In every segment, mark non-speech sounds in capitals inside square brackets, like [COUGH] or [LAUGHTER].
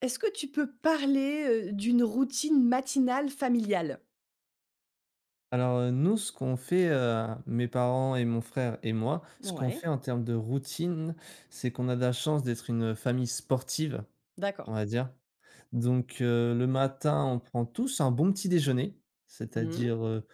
Est-ce que tu peux parler, d'une routine matinale familiale? Alors, nous, ce qu'on fait, mes parents et mon frère et moi, ce qu'on Ouais, fait en termes de routine, c'est qu'on a de la chance d'être une, famille sportive, d'accord. on va dire. Donc, le matin, on prend tous un bon petit déjeuner, Mmh. c'est-à-dire,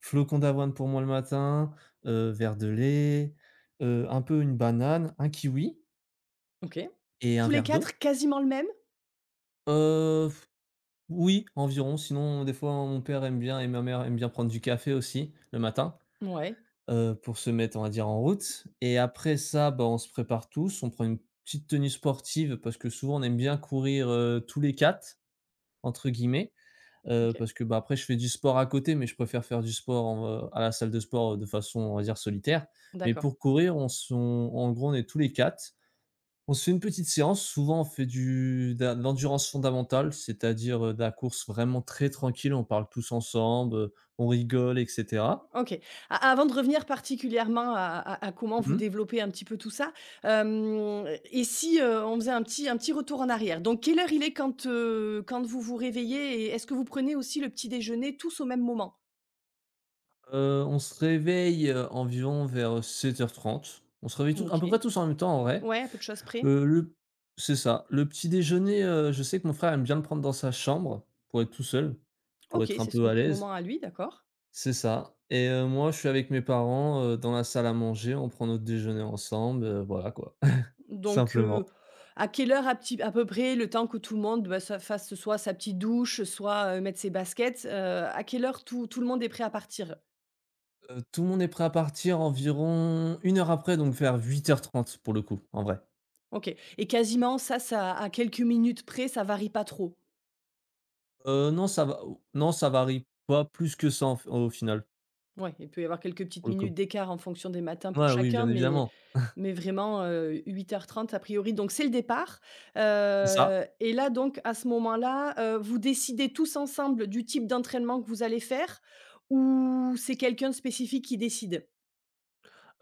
flocons d'avoine pour moi le matin, verre de lait, un peu une banane, un kiwi OK. et un Tous les verre d'eau. quatre, quasiment le même? Heu, oui, environ, sinon des fois, mon père aime bien et ma mère aime bien prendre du café aussi le matin. Ouais, Pour se mettre, on va dire, en route et après ça, bah, on se prépare tous, on prend une petite tenue sportive parce que souvent on aime bien courir, «tous les quatre», entre guillemets, OK, parce que, bah, après je fais du sport à côté, mais je préfère faire du sport à la salle de sport, de façon, on va dire, solitaire. Mais d'accord. pour courir, on en gros, on est tous les 4. On se fait une petite séance, souvent on fait du de la de l'endurance fondamentale, c'est-à-dire, de la course vraiment très tranquille, on parle tous ensemble, on rigole et cetera. OK. A Avant de revenir particulièrement à comment vous Mmh. développez un petit peu tout ça. Hem Et si, on faisait un petit retour en arrière? Donc quelle heure il est quand vous vous réveillez, et est-ce que vous prenez aussi le petit déjeuner tous au même moment? On se réveille, environ vers 7h30. On se réveille à OK. peu près tous en même temps en vrai. Ouais, à peu de choses près. Le C'est ça. Le petit déjeuner, je sais que mon frère aime bien le prendre dans sa chambre pour être tout seul, pour OK, être un c'est peu son à petit moment l'aise. à lui, d'accord. C'est ça, et moi je suis avec mes parents, dans la salle à manger, on prend notre déjeuner ensemble, voilà quoi, [LAUGHS] Donc, simplement. à quelle heure à peu près, le temps que tout le monde, bah, se fasse soit sa petite douche, soit, mettre ses baskets, à quelle heure tout le monde est prêt à partir? Tout le monde est prêt à partir environ 1 heure après, donc vers 8h30 pour le coup, en vrai. OK, et quasiment ça à quelques minutes près, ça varie pas trop? Non, ça va, non ça varie pas plus que ça en au final, Ouais, il peut y avoir quelques pour petites le coup. minutes d'écart en fonction des matins pour Ouais, oui, chacun, bien mais évidemment, vraiment, 8h30 a priori, donc c'est le départ. c'est ça. Et là donc à ce moment-là, vous décidez tous ensemble du type d'entraînement que vous allez faire, ou c'est quelqu'un de spécifique qui décide?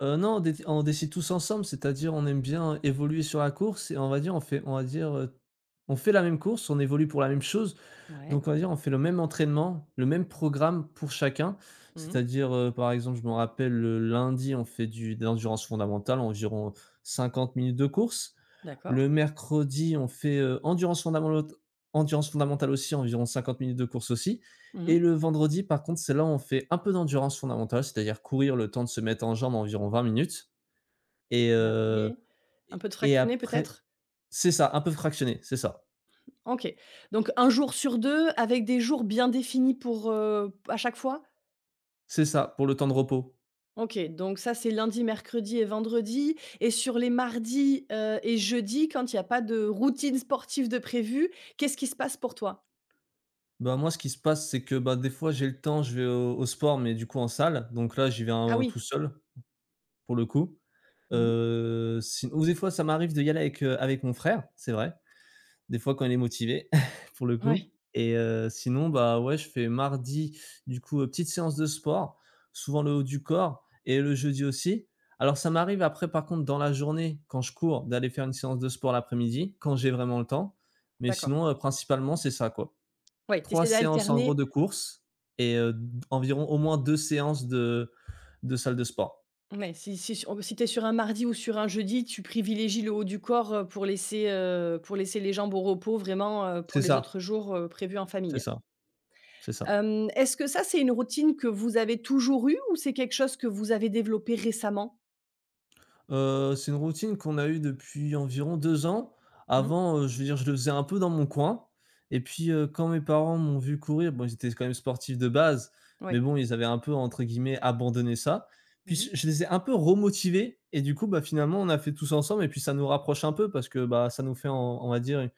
Non, on décide tous ensemble, c'est-à-dire on aime bien évoluer sur la course et on va dire on va dire, on fait la même course, on évolue pour la même chose. Ouais. Donc on va dire, on fait le même entraînement, le même programme pour chacun. Mmh. C'est-à-dire, par exemple, je me rappelle le lundi, on fait du de l'endurance fondamentale, environ 50 minutes de course. D'accord. Le mercredi, on fait, endurance fondamentale aussi, environ 50 minutes de course aussi. Et Mmh. le vendredi, par contre, c'est là où on fait un peu d'endurance fondamentale, c'est-à-dire courir le temps de se mettre en jambes, environ 20 minutes. Et Et heu, après, un et peu de et fractionné après peut-être? c'est ça, un peu fractionné, c'est ça. OK. Donc un jour sur 2, avec des jours bien définis pour, à chaque fois? C'est ça, pour le temps de repos. OK, donc ça c'est lundi, mercredi et vendredi, et sur les mardis, et jeudis, quand il y a pas de routine sportive de prévue, qu'est-ce qui se passe pour toi? Bah, moi, ce qui se passe, c'est que, bah, des fois, j'ai le temps, je vais au sport, mais du coup en salle, donc là, j'y vais Ah en oui. tout seul, pour le coup. Mmh. Si ou des fois, ça m'arrive de y aller avec mon frère, c'est vrai. Des fois, quand il est motivé, [LAUGHS] pour le coup. Ouais, Et sinon, bah, ouais, je fais mardi, du coup, petite séance de sport, souvent le haut du corps et le jeudi aussi. Alors ça m'arrive après, par contre, dans la journée, quand je cours, d'aller faire une séance de sport l'après-midi, quand j'ai vraiment le temps, mais d'accord. sinon, principalement, c'est ça, quoi, Ouais, tu 3 essaies séances en gros d'alterner. de course et environ au moins 2 séances de salle de sport. Ouais, si tu es sur un mardi ou sur un jeudi, tu privilégies le haut du corps, pour laisser, pour laisser les jambes au repos vraiment, pour C'est les ça, autres jours, prévus en c'est famille. ça, c'est ça. Est-ce que ça, c'est une routine que vous avez toujours eue, ou c'est quelque chose que vous avez développé récemment? C'est une routine qu'on a eue depuis environ 2 ans. Mmh? Avant, je veux dire, je le faisais un peu dans mon coin. Et puis, quand mes parents m'ont vu courir, bon, ils étaient quand même sportifs de base, mais Oui. bon, ils avaient un peu entre guillemets «abandonné» ça. Puis je Mmh. je les ai un peu remotivés et du coup, bah, finalement, on a fait tous ensemble. Et puis ça nous rapproche un peu parce que, bah, ça nous fait on va dire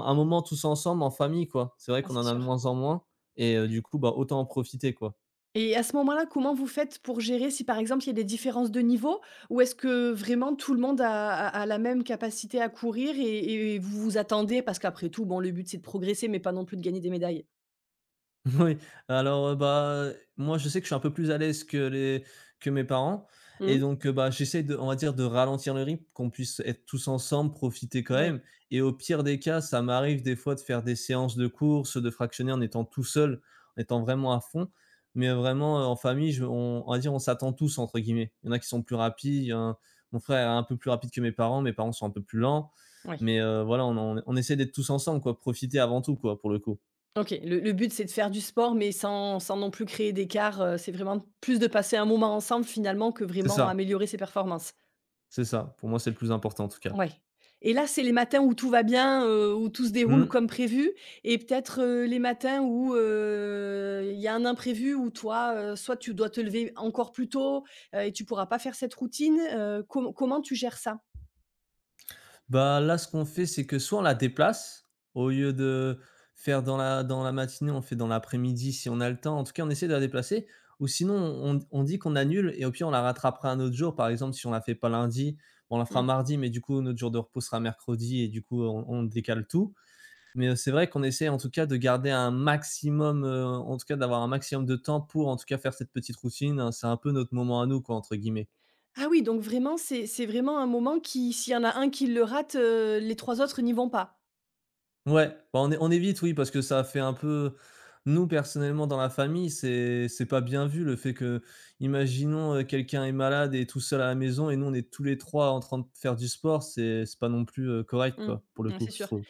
un moment tous ensemble en famille, quoi. C'est vrai Ah, qu'on c'est en a de sûr. moins en moins. Et du coup, bah, autant en profiter, quoi. Et à ce moment-là, comment vous faites pour gérer si, par exemple, il y a des différences de niveau? Ou est-ce que vraiment tout le monde a la même capacité à courir, et vous vous attendez, parce qu'après tout, bon, le but, c'est de progresser mais pas non plus de gagner des médailles? Oui, alors, bah, moi, je sais que je suis un peu plus à l'aise que les que mes parents et Mmh? donc, bah, j'essaie de on va dire de ralentir le rythme, qu'on puisse être tous ensemble, profiter quand Oui. même. Et au pire des cas, ça m'arrive des fois de faire des séances de course de fractionner en étant tout seul, en étant vraiment à fond, mais vraiment, en famille, je on va dire, on s'attend «tous» entre guillemets. Il y en a qui sont plus rapides, il y en mon frère est un peu plus rapide que mes parents sont un peu plus lents, Oui. mais, voilà, on essaie d'être tous ensemble quoi, profiter avant tout quoi, pour le coup. OK. Le but, c'est de faire du sport, mais sans non plus créer d'écart, c'est vraiment plus de passer un moment ensemble finalement que C'est vraiment ça. améliorer ses performances? C'est ça, pour moi, c'est le plus important en tout cas. Ouais. Et là, c'est les matins où tout va bien, où tout se déroule Mmh. comme prévu, et peut-être, les matins où, il y a un imprévu où toi, soit tu dois te lever encore plus tôt, et tu pourras pas faire cette routine, comment tu gères ça? Bah, là, ce qu'on fait, c'est que soit on la déplace, au lieu de faire dans la matinée, on fait dans l'après-midi si on a le temps. En tout cas, on essaie de la déplacer, ou sinon on dit qu'on annule et au pire, on la rattrapera un autre jour. Par exemple, si on la fait pas lundi, bon, on la Mmh, fera mmh. mardi, mais du coup, notre jour de repos sera mercredi et du coup, on décale tout. Mais, c'est vrai qu'on essaie en tout cas de garder un maximum, en tout cas d'avoir un maximum de temps pour en tout cas faire cette petite routine. Hein, c'est un peu notre «moment à nous», quoi, entre guillemets. Ah oui, donc vraiment, c'est vraiment un moment qui, s'il y en a un qui le rate, les 3 autres n'y vont pas? Ouais, bah, on évite, oui, parce que ça fait un peu nous, personnellement, dans la famille, c'est pas bien vu le fait que, imaginons, quelqu'un est malade et tout seul à la maison et nous, on est tous les 3 en train de faire du sport, c'est pas non plus, correct, Mmh, quoi, pour le ouais, coup, c'est je sûr. trouve.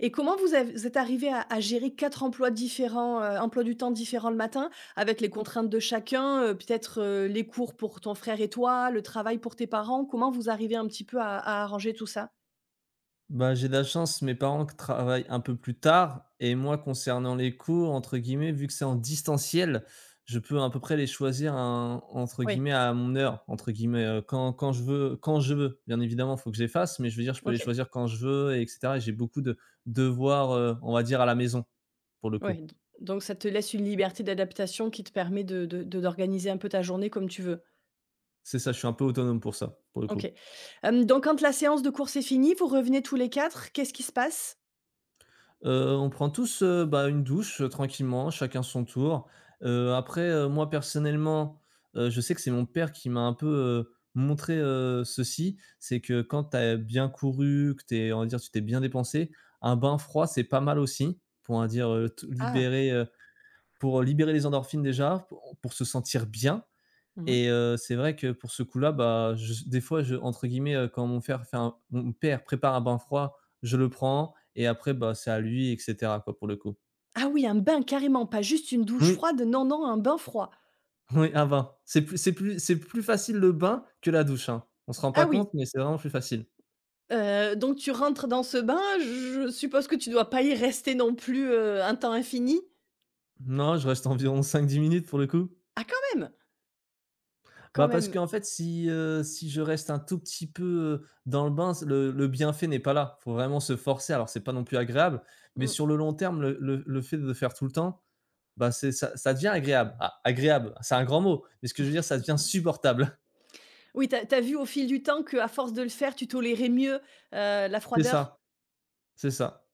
Et comment vous êtes arrivé à gérer 4 emplois différents, emplois du temps différents le matin, avec les contraintes de chacun, peut-être, les cours pour ton frère et toi, le travail pour tes parents? Comment vous arrivez un petit peu à arranger tout ça? Bah, j'ai de la chance, mes parents qui travaillent un peu plus tard et moi concernant les cours entre guillemets, vu que c'est en distanciel, je peux à peu près les choisir en entre Oui, guillemets «à mon heure», entre guillemets, quand je veux quand je veux. Bien évidemment, il faut que je les fasse, mais je veux dire, je peux les OK, choisir quand je veux et cetera. Et j'ai beaucoup de devoirs, on va dire à la maison, pour le coup. oui. d Donc ça te laisse une liberté d'adaptation qui te permet de d'organiser un peu ta journée comme tu veux? C'est ça, je suis un peu autonome pour ça, pour le coup. OK. Donc quand la séance de course est finie, vous revenez tous les 4. Qu'est-ce qui se passe? On prend tous, bah, une douche, tranquillement, chacun son tour. Après, moi personnellement, je sais que c'est mon père qui m'a un peu, montré, ceci. C'est que quand tu as bien couru, que t'es, on va dire, tu t'es bien dépensé, un bain froid, c'est pas mal aussi pour, on va dire, te Ah! libérer, pour libérer les endorphines déjà, pour se sentir bien. Mmh. Et c'est vrai que pour ce coup-là, bah, je des fois, je entre guillemets, quand mon père prépare un bain froid, je le prends et après, bah, c'est à lui et cetera, quoi, pour le coup. Ah oui, un bain carrément, pas juste une douche Oui, froide, non, non, un bain froid. oui, un bain. C'est plus facile le bain que la douche, hein. On se rend Ah pas oui, compte, mais c'est vraiment plus facile. Donc tu rentres dans ce bain, je suppose que tu dois pas y rester non plus, un temps infini? Non, je reste environ [LAUGHS] cinq dix minutes pour le coup. Ah quand même! Bah, Quand parce même. qu'en fait, si je reste un tout petit peu, dans le bain, le bienfait n'est pas là. Faut vraiment se forcer. Alors c'est pas non plus agréable, mais Mmh. sur le long terme, le fait de le faire tout le temps, bah, c'est ça, ça devient agréable. A Agréable, c'est un grand mot, mais ce que je veux dire, ça devient supportable. [LAUGHS] Oui, t'as as vu au fil du temps que, à force de le faire, tu tolérais mieux, la C'est froideur? ça, c'est ça,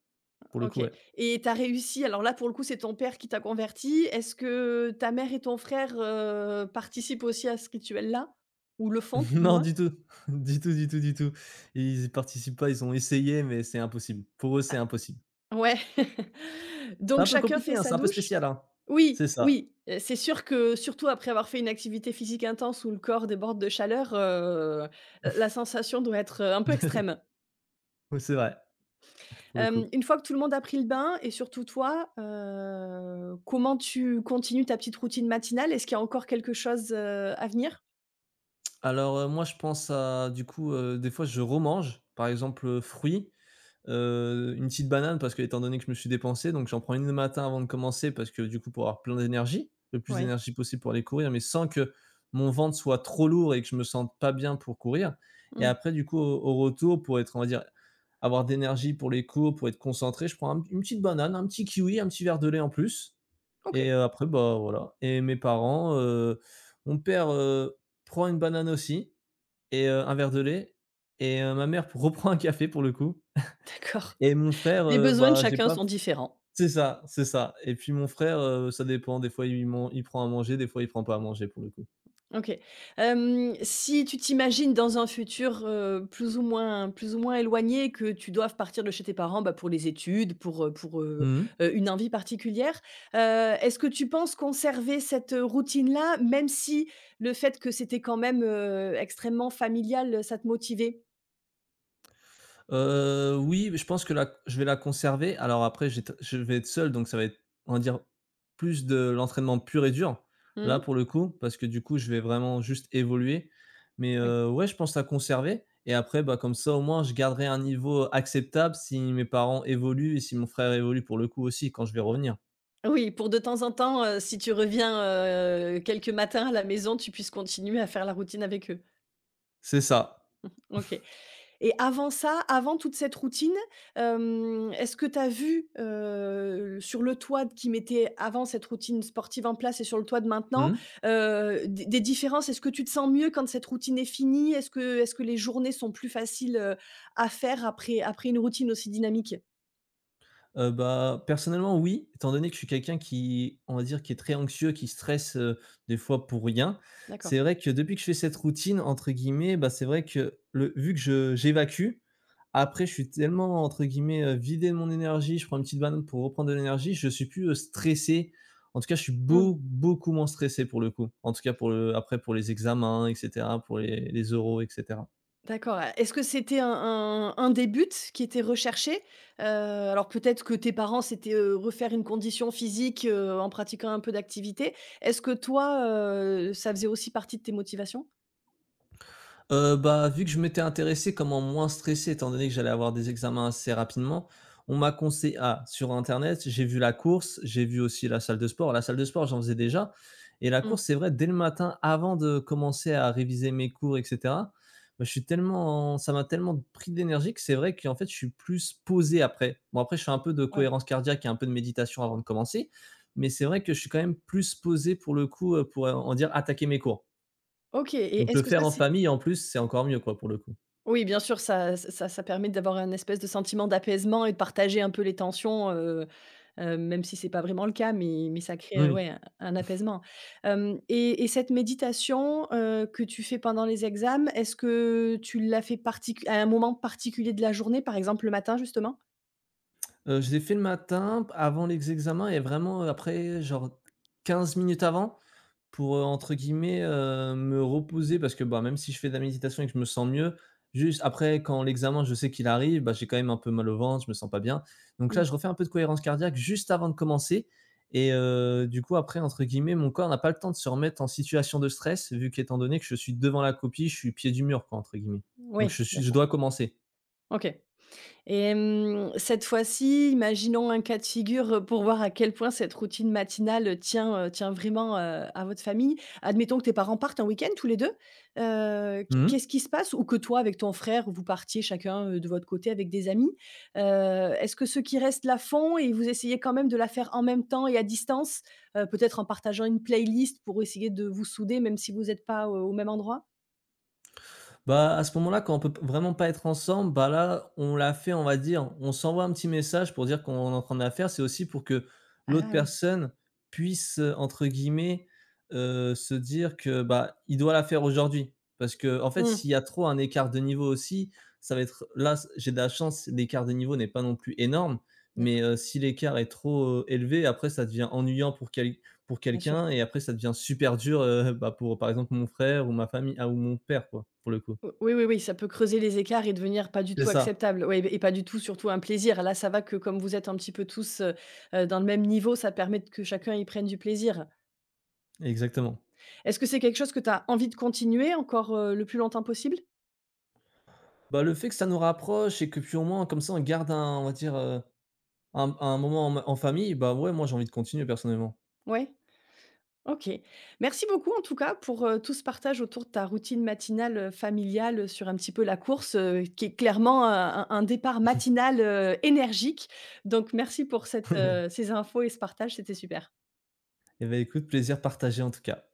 pour le coup, OK, ouais. et t'as réussi. Alors là, pour le coup, c'est ton père qui t'a converti. Est-ce que ta mère et ton frère, participent aussi à ce rituel-là? Ou le font [LAUGHS] tout du Non, moins? du tout, [LAUGHS] du tout, du tout, du tout. Ils y participent pas, ils ont essayé, mais c'est impossible. Pour eux, c'est impossible. Ah ouais. [LAUGHS] C'est Donc un peu chacun compliqué, fait hein, c'est sa un peu douche? spécial, hein. Oui, C'est ça, oui, c'est sûr que surtout après avoir fait une activité physique intense où le corps déborde de chaleur, la sensation doit être, un peu extrême. oui, c'est vrai, pour le coup. Une fois que tout le monde a pris le bain, et surtout toi, comment tu continues ta petite routine matinale? Est-ce qu'il y a encore quelque chose, à venir? Alors, moi, je pense à du coup, des fois, je remange, par exemple, fruits. Une petite banane parce qu'étant donné que je me suis dépensé, donc j'en prends une le matin avant de commencer parce que du coup pour avoir plein d'énergie, le plus Ouais. d'énergie possible pour aller courir, mais sans que mon ventre soit trop lourd et que je me sente pas bien pour courir, et Mmh. après du coup au retour pour être, on va dire, avoir d'énergie pour les cours, pour être concentré, je prends un une petite banane, un petit kiwi, un petit verre de lait en plus, OK, et après, bah, voilà, et mes parents, mon père, prend une banane aussi, et un verre de lait, et ma mère [LAUGHS] reprend un café pour le coup, d'accord. et mon frère, Les besoins de bah, j'ai chacun pas. sont différents. C'est ça, c'est ça. Et puis mon frère, ça dépend, des fois il prend à manger, des fois il prend pas à manger pour le coup. OK. Si tu t'imagines dans un futur, plus ou moins éloigné, que tu doives partir de chez tes parents, bah, pour les études, pour, heu pour, heu Mmh mh. heu, une envie particulière, heu, est-ce que tu penses conserver cette, routine-là, même si le fait que c'était quand même, extrêmement familial, ça te motivait? Oui, mais je pense que la je vais la conserver. Alors après j'ét je vais être seul, donc ça va être, on va dire, plus de l'entraînement pur et dur, là Mmh? pour le coup, parce que du coup je vais vraiment juste évoluer. Mais, Oui. Ouais, je pense la conserver, et après, bah, comme ça au moins je garderai un niveau acceptable si mes parents évoluent et si mon frère évolue pour le coup aussi quand je vais revenir. Oui, pour de temps en temps, si tu reviens, quelques matins à la maison, tu puisses continuer à faire la routine avec eux? C'est ça. OK, et avant ça, avant toute cette routine, est-ce que tu as vu, sur le toit d qu'ils mettaient avant cette routine sportive en place et sur le toit de Mmh maintenant, mh. Des différences? Est-ce que tu te sens mieux quand cette routine est finie? Est-ce que les journées sont plus faciles, à faire après une routine aussi dynamique? Bah, personnellement oui, étant donné que je suis quelqu'un qui, on va dire, qui est très anxieux, qui stresse, des fois pour rien. D'accord. C'est vrai que depuis que je fais cette «routine» entre guillemets, bah, c'est vrai que le vu que je j'évacue, après je suis tellement entre guillemets, «vidé» de mon énergie, je prends une petite banane pour reprendre de l'énergie, je suis plus, stressé. En tout cas, je suis Mmh. Beaucoup moins stressé pour le coup. En tout cas pour le après pour les examens et cetera, pour les oraux etc. D'accord, est-ce que c'était un des buts qui était recherché? Alors peut-être que tes parents, c'était, refaire une condition physique, en pratiquant un peu d'activité. Est-ce que toi, ça faisait aussi partie de tes motivations? Bah, vu que je m'étais intéressé comment moins stresser étant donné que j'allais avoir des examens assez rapidement, on m'a conseillé ah, sur internet, j'ai vu la course, j'ai vu aussi la salle de sport. La salle de sport, j'en faisais déjà, et la Mmh, course, c'est vrai, dès le matin, avant de commencer à réviser mes cours et cetera, bah, je suis tellement ça m'a tellement pris d'énergie que c'est vrai qu'en fait, je suis plus posé après. Bon, après, je fais un peu de ouais. cohérence cardiaque et un peu de méditation avant de commencer, mais c'est vrai que je suis quand même plus posé pour le coup, pour, on dire attaquer mes cours. OK, et Donc est-ce le que ça, faire en c'est... famille, en plus, c'est encore mieux quoi, pour le coup. Oui, bien sûr, ça permet d'avoir un espèce de sentiment d'apaisement et de partager un peu les tensions, même si c'est pas vraiment le cas, mais ça crée, Oui. ouais, un apaisement. Hem et cette méditation, que tu fais pendant les examens, est-ce que tu l'as fait particu à un moment particulier de la journée, par exemple le matin justement? Je l'ai fait le matin p avant les examens et vraiment, après genre 15 minutes avant pour, entre guillemets, me reposer parce que, bah, même si je fais de la méditation et que je me sens mieux, juste après quand l'examen, je sais qu'il arrive, bah, j'ai quand même un peu mal au ventre, je me sens pas bien. Donc là, Mmh. je refais un peu de cohérence cardiaque juste avant de commencer, et du coup après, entre guillemets, mon corps n'a pas le temps de se remettre en situation de stress vu qu'étant donné que je suis devant la copie, je suis «pied du mur» quoi, entre guillemets. Donc Oui, je d'accord. dois commencer. OK. Cette fois-ci, imaginons un cas de figure, pour voir à quel point cette routine matinale, tient vraiment, à votre famille. Admettons que tes parents partent un week-end tous les 2. Mmh. Qu'est-ce qui se passe? Ou que toi, avec ton frère, vous partiez chacun, de votre côté avec des amis. Heu, Est-ce que ceux qui restent la font, et vous essayez quand même de la faire en même temps et à distance? Peut-être en partageant une playlist pour essayer de vous souder, même si vous n'êtes pas, au même endroit? Bah, à ce moment-là, quand on peut p vraiment pas être ensemble, bah, là, on l'a fait, on va dire, on s'envoie un petit message pour dire qu'on est en train de la faire. C'est aussi pour que l'autre Ah oui. personne puisse, entre guillemets, se dire que, bah, il doit la faire aujourd'hui. Parce que en fait, Mmh. s'il y a trop un écart de niveau aussi, ça va être là, s j'ai de la chance, l'écart de niveau n'est pas non plus énorme, mais, D'accord, si l'écart est trop, élevé, après ça devient ennuyant pour quel pour bien sûr. quelqu'un et après ça devient super dur, bah, pour, par exemple, mon frère ou ma famille ah, ou mon père, quoi, pour le coup. O Oui, oui, oui, ça peut creuser les écarts et devenir pas du C'est tout ça, acceptable. Ouais, et pas du tout, surtout un plaisir. Là, ça va que comme vous êtes un petit peu tous, dans le même niveau, ça permet que chacun y prenne du plaisir. exactement. Est-ce que c'est quelque chose que tu as envie de continuer encore, le plus longtemps possible? Bah, le fait que ça nous rapproche et que puis au moins comme ça on garde un on va dire, un moment en famille, bah, ouais, moi j'ai envie de continuer personnellement. Ouais? OK. Merci beaucoup en tout cas pour, tout ce partage autour de ta routine matinale, familiale, sur un petit peu la course, qui est clairement un départ matinal, énergique. Donc merci pour [LAUGHS] ces infos et ce partage, c'était super. Et bah, écoute, plaisir partagé en tout cas.